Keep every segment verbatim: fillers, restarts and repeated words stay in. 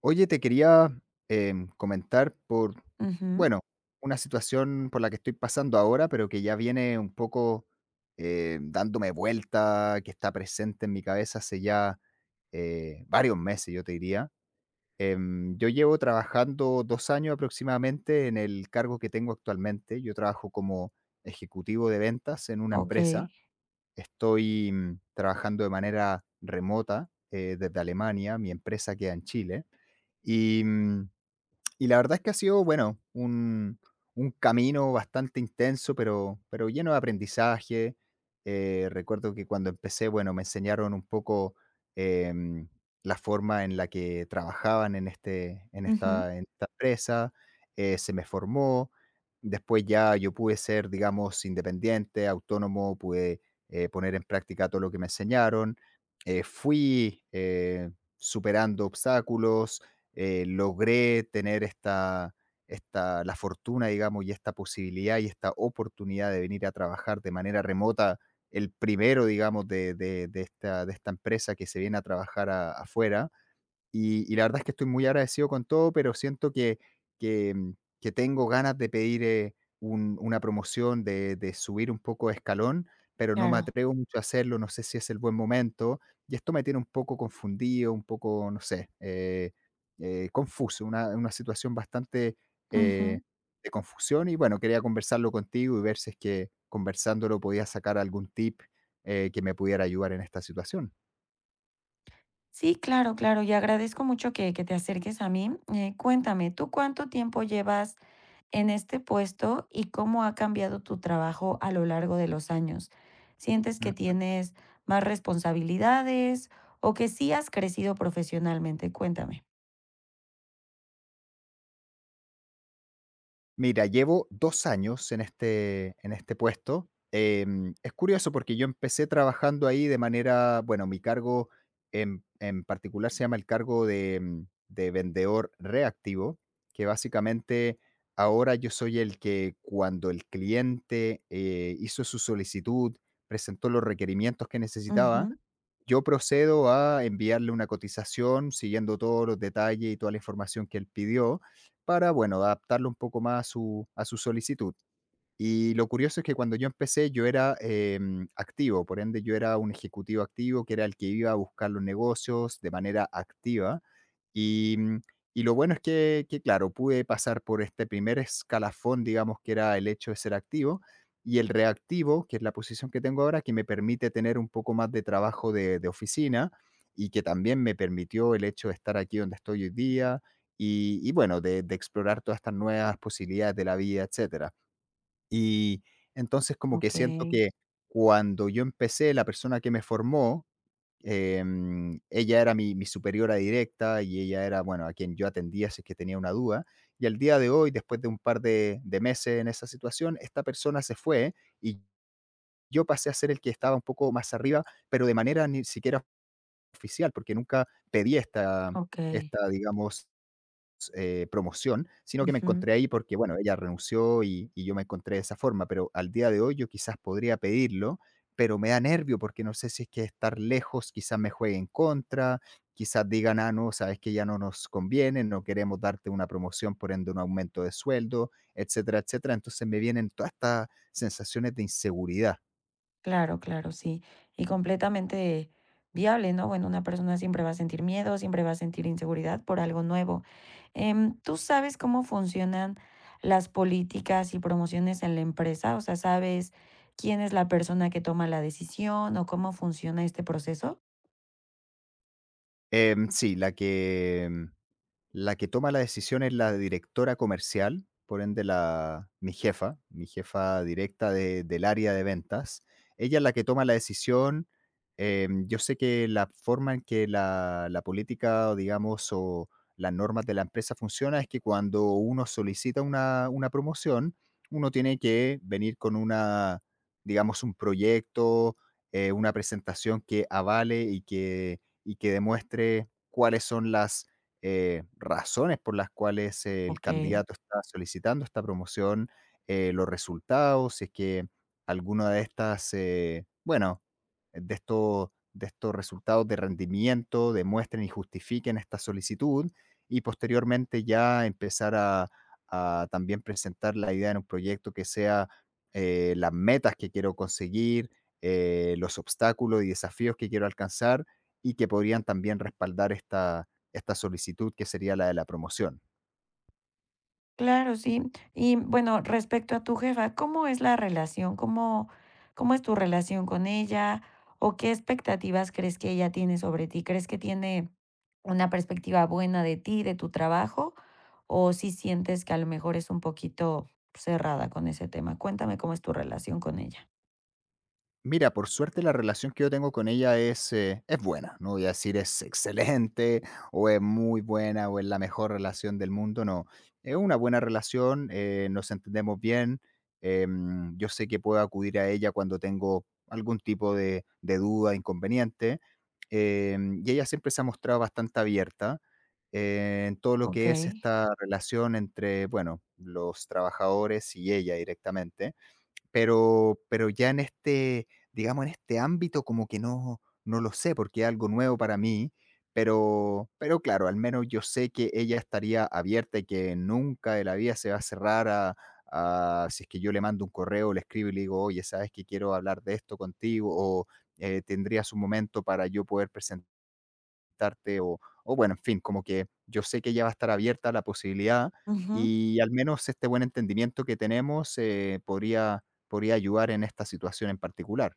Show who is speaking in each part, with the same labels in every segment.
Speaker 1: Oye, te quería em, comentar por,
Speaker 2: Ujú,
Speaker 1: bueno, una situación por la que estoy pasando ahora, pero que ya viene un poco eh, dándome vuelta, que está presente en mi cabeza hace ya eh, varios meses, yo te diría. Em, yo llevo trabajando dos años aproximadamente en el cargo que tengo actualmente. Yo trabajo como ejecutivo de ventas en una empresa.
Speaker 2: okey.
Speaker 1: Estoy mm, trabajando de manera remota eh, desde Alemania. Mi empresa queda en Chile. Y, mm, y la verdad es que ha sido, bueno, un, un camino bastante intenso, pero, pero lleno de aprendizaje. Eh, recuerdo que cuando empecé, bueno, me enseñaron un poco em, la forma en la que trabajaban en, este, en,
Speaker 2: Ujú,
Speaker 1: esta, en esta empresa, eh, se me formó, después ya yo pude ser, digamos, independiente, autónomo, pude eh, poner en práctica todo lo que me enseñaron, eh, fui eh, superando obstáculos, eh, logré tener esta, esta, la fortuna, digamos, y esta posibilidad y esta oportunidad de venir a trabajar de manera remota, el primero, digamos, de, de- de esta, de esta empresa que se viene a trabajar a- afuera y, y la verdad es que estoy muy agradecido con todo, pero siento que, que, mm, que tengo ganas de pedir eh, un- una promoción, de, de subir un poco de escalón, pero no me
Speaker 2: claro.
Speaker 1: atrevo mucho a hacerlo, no sé si es el buen momento. Y esto me tiene un poco confundido, un poco, no sé, eh, eh, confuso, una, una situación bastante
Speaker 2: Ujú.
Speaker 1: eh, de confusión. Y bueno, quería conversarlo contigo y ver si es que conversándolo podía sacar algún tip eh, que me pudiera ayudar en esta situación.
Speaker 2: Sí, claro, claro, y agradezco mucho que que te acerques a mí. Eh, cuéntame, ¿tú cuánto tiempo llevas en este puesto y cómo ha cambiado tu trabajo a lo largo de los años? ¿Sientes que tienes más responsabilidades o que sí has crecido profesionalmente? Cuéntame.
Speaker 1: Mira, llevo dos años en este en este puesto. Em, es curioso porque yo empecé trabajando ahí de manera bueno, mi cargo en en particular se llama el cargo de, mm, de vendedor reactivo, que básicamente ahora yo soy el que cuando el cliente, eh, hizo su solicitud, presentó los requerimientos que necesitaba,
Speaker 2: Ujú,
Speaker 1: yo procedo a enviarle una cotización siguiendo todos los detalles y toda la información que él pidió para, bueno, adaptarlo un poco más a su a su solicitud. Y lo curioso es que cuando yo empecé yo era em, activo, por ende yo era un ejecutivo activo, que era el que iba a buscar los negocios de manera activa. Y, mm, y lo bueno es que, que, claro, pude pasar por este primer escalafón, digamos, que era el hecho de ser activo, y el reactivo, que es la posición que tengo ahora, que me permite tener un poco más de trabajo de, de oficina y que también me permitió el hecho de estar aquí donde estoy hoy día y, y bueno, de, de explorar todas estas nuevas posibilidades de la vida, etcétera. Y entonces como que siento
Speaker 2: okey,
Speaker 1: que cuando yo empecé, la persona que me formó, em, ella era mi mi superiora directa y ella era, bueno, a quien yo atendía si es que tenía una duda. Y al día de hoy, después de un par de de meses en esa situación, esta persona se fue y yo pasé a ser el que estaba un poco más arriba, pero de manera ni siquiera oficial, porque nunca pedí esta
Speaker 2: okey.
Speaker 1: esta, digamos, eh, promoción, sino que me
Speaker 2: Ujú.
Speaker 1: encontré ahí porque, bueno, ella renunció y, y yo me encontré de esa forma, pero al día de hoy yo quizás podría pedirlo, pero me da nervio porque no sé si es que estar lejos quizás me juegue en contra, quizás digan, ah, no, sabes que ya no nos conviene, no queremos darte una promoción, por ende un aumento de sueldo, etcétera, etcétera. Entonces me vienen todas estas sensaciones de inseguridad.
Speaker 2: Claro, claro, sí. Y completamente viable, ¿no? Bueno, una persona siempre va a sentir miedo, siempre va a sentir inseguridad por algo nuevo. Em, ¿tú sabes cómo funcionan las políticas y promociones en la empresa? O sea, ¿sabes quién es la persona que toma la decisión o cómo funciona este proceso?
Speaker 1: Em, sí, la que, la que toma la decisión es la directora comercial, por ende la mi jefa, mi jefa, directa de del área de ventas. Ella es la que toma la decisión. Em, yo sé que la forma en que la la política, o digamos, o las normas de la empresa funciona, es que cuando uno solicita una una promoción, uno tiene que venir con una, digamos, un proyecto, eh, una presentación que avale y que y que demuestre cuáles son las eh, razones por las cuales el
Speaker 2: Ok.
Speaker 1: candidato está solicitando esta promoción, eh, los resultados, si es que alguno de estas, eh, bueno, de estos, de estos resultados de rendimiento demuestren y justifiquen esta solicitud y posteriormente ya empezar a, a también presentar la idea en un proyecto que sea eh, las metas que quiero conseguir, eh, los obstáculos y desafíos que quiero alcanzar y que podrían también respaldar esta, esta solicitud que sería la de la promoción.
Speaker 2: Claro, sí. Y bueno, respecto a tu jefa, ¿cómo es la relación? ¿Cómo, cómo es tu relación con ella? ¿O qué expectativas crees que ella tiene sobre ti? ¿Crees que tiene una perspectiva buena de ti, de tu trabajo? ¿O si sientes que a lo mejor es un poquito cerrada con ese tema? Cuéntame cómo es tu relación con ella.
Speaker 1: Mira, por suerte la relación que yo tengo con ella es, eh, es buena, no voy a decir es excelente o es muy buena o es la mejor relación del mundo, no. Es una buena relación, eh, nos entendemos bien, em, yo sé que puedo acudir a ella cuando tengo algún tipo de, de duda, inconveniente, em, y ella siempre se ha mostrado bastante abierta eh, en todo lo
Speaker 2: Ok.
Speaker 1: que es esta relación entre, bueno, los trabajadores y ella directamente. Pero pero ya en este, digamos, en este ámbito como que no no lo sé, porque es algo nuevo para mí, pero pero claro, al menos yo sé que ella estaría abierta y que nunca de la vida se va a cerrar a a si es que yo le mando un correo, le escribo y le digo: "Oye, ¿sabes que quiero hablar de esto contigo?", o, eh, "¿Tendrías un momento para yo poder presen" invitarte o o bueno, en fin, como que yo sé que ella va a estar abierta a la posibilidad
Speaker 2: Ujú.
Speaker 1: y al menos este buen entendimiento que tenemos, eh, podría podría ayudar en esta situación en particular.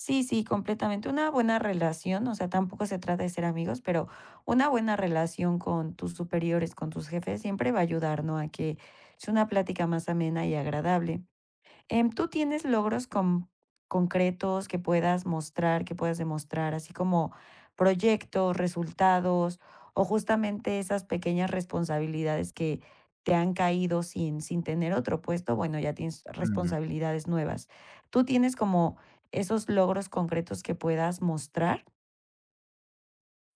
Speaker 2: Sí, sí, completamente. Una buena relación, o sea, tampoco se trata de ser amigos, pero una buena relación con tus superiores, con tus jefes, siempre va a ayudar, ¿no? A que sea una plática más amena y agradable. Em, ¿tú tienes logros con- concretos que puedas mostrar, que puedas demostrar, así como proyectos, resultados o justamente esas pequeñas responsabilidades que te han caído sin, sin tener otro puesto? Bueno, ya tienes
Speaker 1: Mm.
Speaker 2: responsabilidades nuevas. ¿Tú tienes como esos logros concretos que puedas mostrar?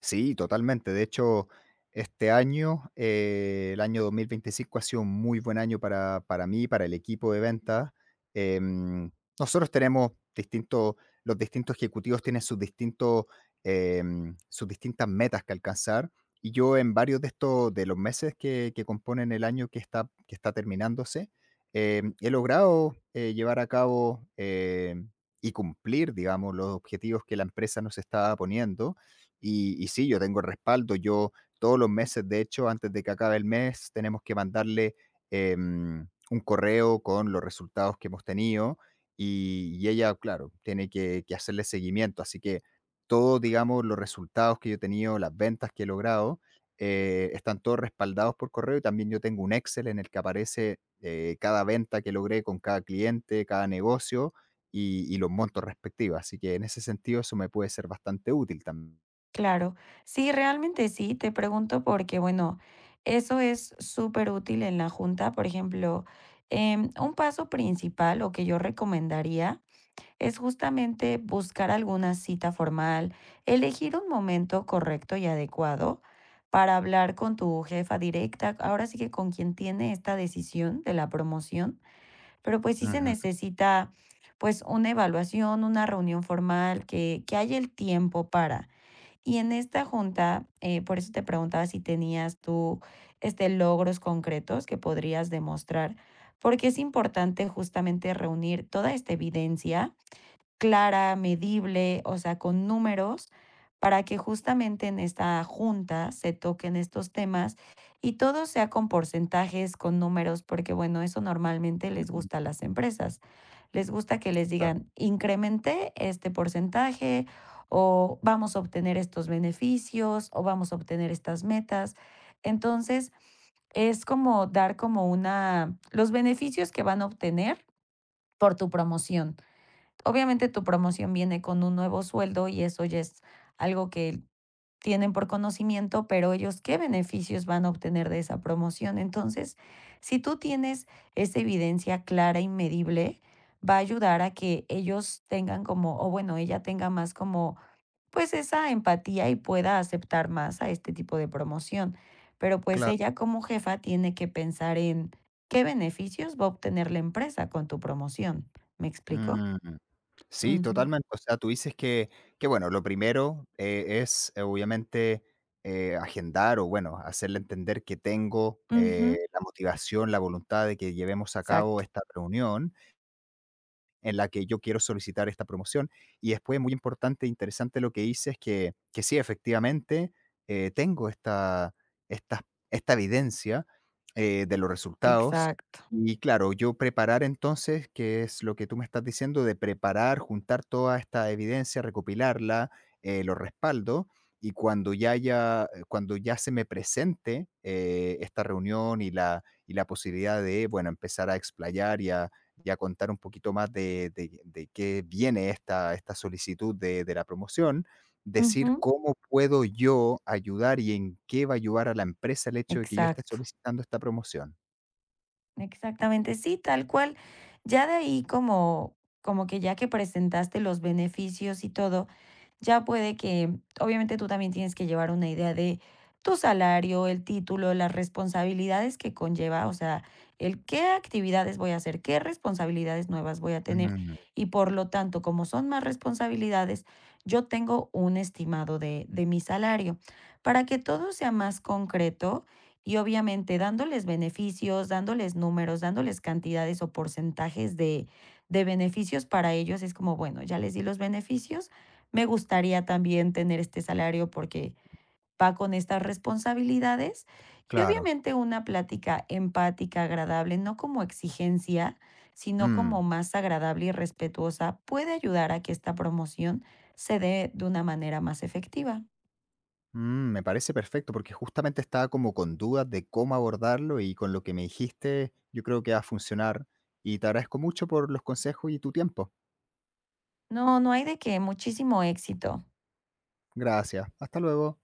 Speaker 1: Sí, totalmente. De hecho, este año, eh, el año dos mil veinticinco, ha sido un muy buen año para, para mí, para el equipo de ventas. Em, Nosotros tenemos distintos, los distintos ejecutivos tienen sus distintos, em, sus distintas metas que alcanzar. Y yo en varios de estos, de los meses que, que componen el año que está, que está terminándose, em, he logrado eh, llevar a cabo em, y cumplir, digamos, los objetivos que la empresa nos estaba poniendo y, y sí, yo tengo el respaldo. Yo todos los meses, de hecho, antes de que acabe el mes, tenemos que mandarle eh, un correo con los resultados que hemos tenido y, y ella, claro, tiene que, que hacerle seguimiento. Así que todos, digamos, los resultados que yo he tenido, las ventas que he logrado, eh, están todos respaldados por correo y también yo tengo un Excel en el que aparece eh, cada venta que logré con cada cliente, cada negocio y, y los montos respectivos. Así que en ese sentido eso me puede ser bastante útil también.
Speaker 2: Claro. Sí, realmente sí. Te pregunto porque, bueno, eso es súper útil en la junta. Por ejemplo, em, un paso principal o que yo recomendaría es justamente buscar alguna cita formal, elegir un momento correcto y adecuado para hablar con tu jefa directa, ahora sí que con quien tiene esta decisión de la promoción, pero pues sí se
Speaker 1: Ujú,
Speaker 2: necesita pues una evaluación, una reunión formal, que, que haya el tiempo para. Y en esta junta, eh, por eso te preguntaba si tenías tú este, logros concretos que podrías demostrar, porque es importante justamente reunir toda esta evidencia clara, medible, o sea, con números, para que justamente en esta junta se toquen estos temas y todo sea con porcentajes, con números, porque bueno, eso normalmente les gusta a
Speaker 1: ujú,
Speaker 2: las empresas les gusta que les
Speaker 1: claro,
Speaker 2: digan, incrementé este porcentaje o vamos a obtener estos beneficios o vamos a obtener estas metas. Entonces, es como dar como una, los beneficios que van a obtener por tu promoción. Obviamente tu promoción viene con un nuevo sueldo y eso ya es algo que tienen por conocimiento, pero ellos qué beneficios van a obtener de esa promoción. Entonces, si tú tienes esa evidencia clara y medible, va a ayudar a que ellos tengan como, o bueno, ella tenga más como, pues esa empatía y pueda aceptar más a este tipo de promoción. Pero pues
Speaker 1: claro.
Speaker 2: ella como jefa tiene que pensar en qué beneficios va a obtener la empresa con tu promoción. ¿Me explico?
Speaker 1: Mm, sí,
Speaker 2: Ujú,
Speaker 1: totalmente. O sea, tú dices que que, bueno, lo primero, eh, es, eh, obviamente, eh, agendar o, bueno, hacerle entender que tengo, eh,
Speaker 2: ujú,
Speaker 1: la motivación, la voluntad de que llevemos a cabo
Speaker 2: exacto,
Speaker 1: esta reunión en la que yo quiero solicitar esta promoción. Y después, muy importante e interesante lo que hice es que, que sí, efectivamente, eh, tengo esta, esta, esta evidencia eh, de los resultados.
Speaker 2: exacto,
Speaker 1: Y claro, yo preparar entonces, que es lo que tú me estás diciendo, de preparar, juntar toda esta evidencia, recopilarla, eh, lo respaldo, y cuando ya, haya- eh, cuando ya se me presente eh, esta reunión y la, y la posibilidad de, bueno, empezar a explayar ya contar un poquito más de, de- de qué viene esta, esta solicitud de, de la promoción, decir
Speaker 2: ujú,
Speaker 1: cómo puedo yo ayudar y en qué va a ayudar a la empresa el hecho de que yo esté
Speaker 2: exacto.
Speaker 1: solicitando esta promoción.
Speaker 2: Exactamente, sí, tal cual. Ya de ahí como como que ya que presentaste los beneficios y todo, ya puede que, obviamente tú también tienes que llevar una idea de tu salario, el título, las responsabilidades que conlleva, o sea, el qué actividades voy a hacer, qué responsabilidades nuevas voy a tener
Speaker 1: Mm,
Speaker 2: y por lo tanto, como son más responsabilidades, yo tengo un estimado de, de mi salario para que todo sea más concreto y obviamente dándoles beneficios, dándoles números, dándoles cantidades o porcentajes de, de beneficios para ellos, es como, bueno, ya les di los beneficios, me gustaría también tener este salario porque va con estas responsabilidades y
Speaker 1: claro.
Speaker 2: obviamente una plática empática, agradable, no como exigencia, sino
Speaker 1: Mm,
Speaker 2: como más agradable y respetuosa, puede ayudar a que esta promoción se dé de una manera más efectiva.
Speaker 1: mm, Me parece perfecto porque justamente estaba como con dudas de cómo abordarlo y con lo que me dijiste yo creo que va a funcionar y te agradezco mucho por los consejos y tu tiempo.
Speaker 2: No, no hay de qué, muchísimo éxito.
Speaker 1: Gracias. Hasta luego.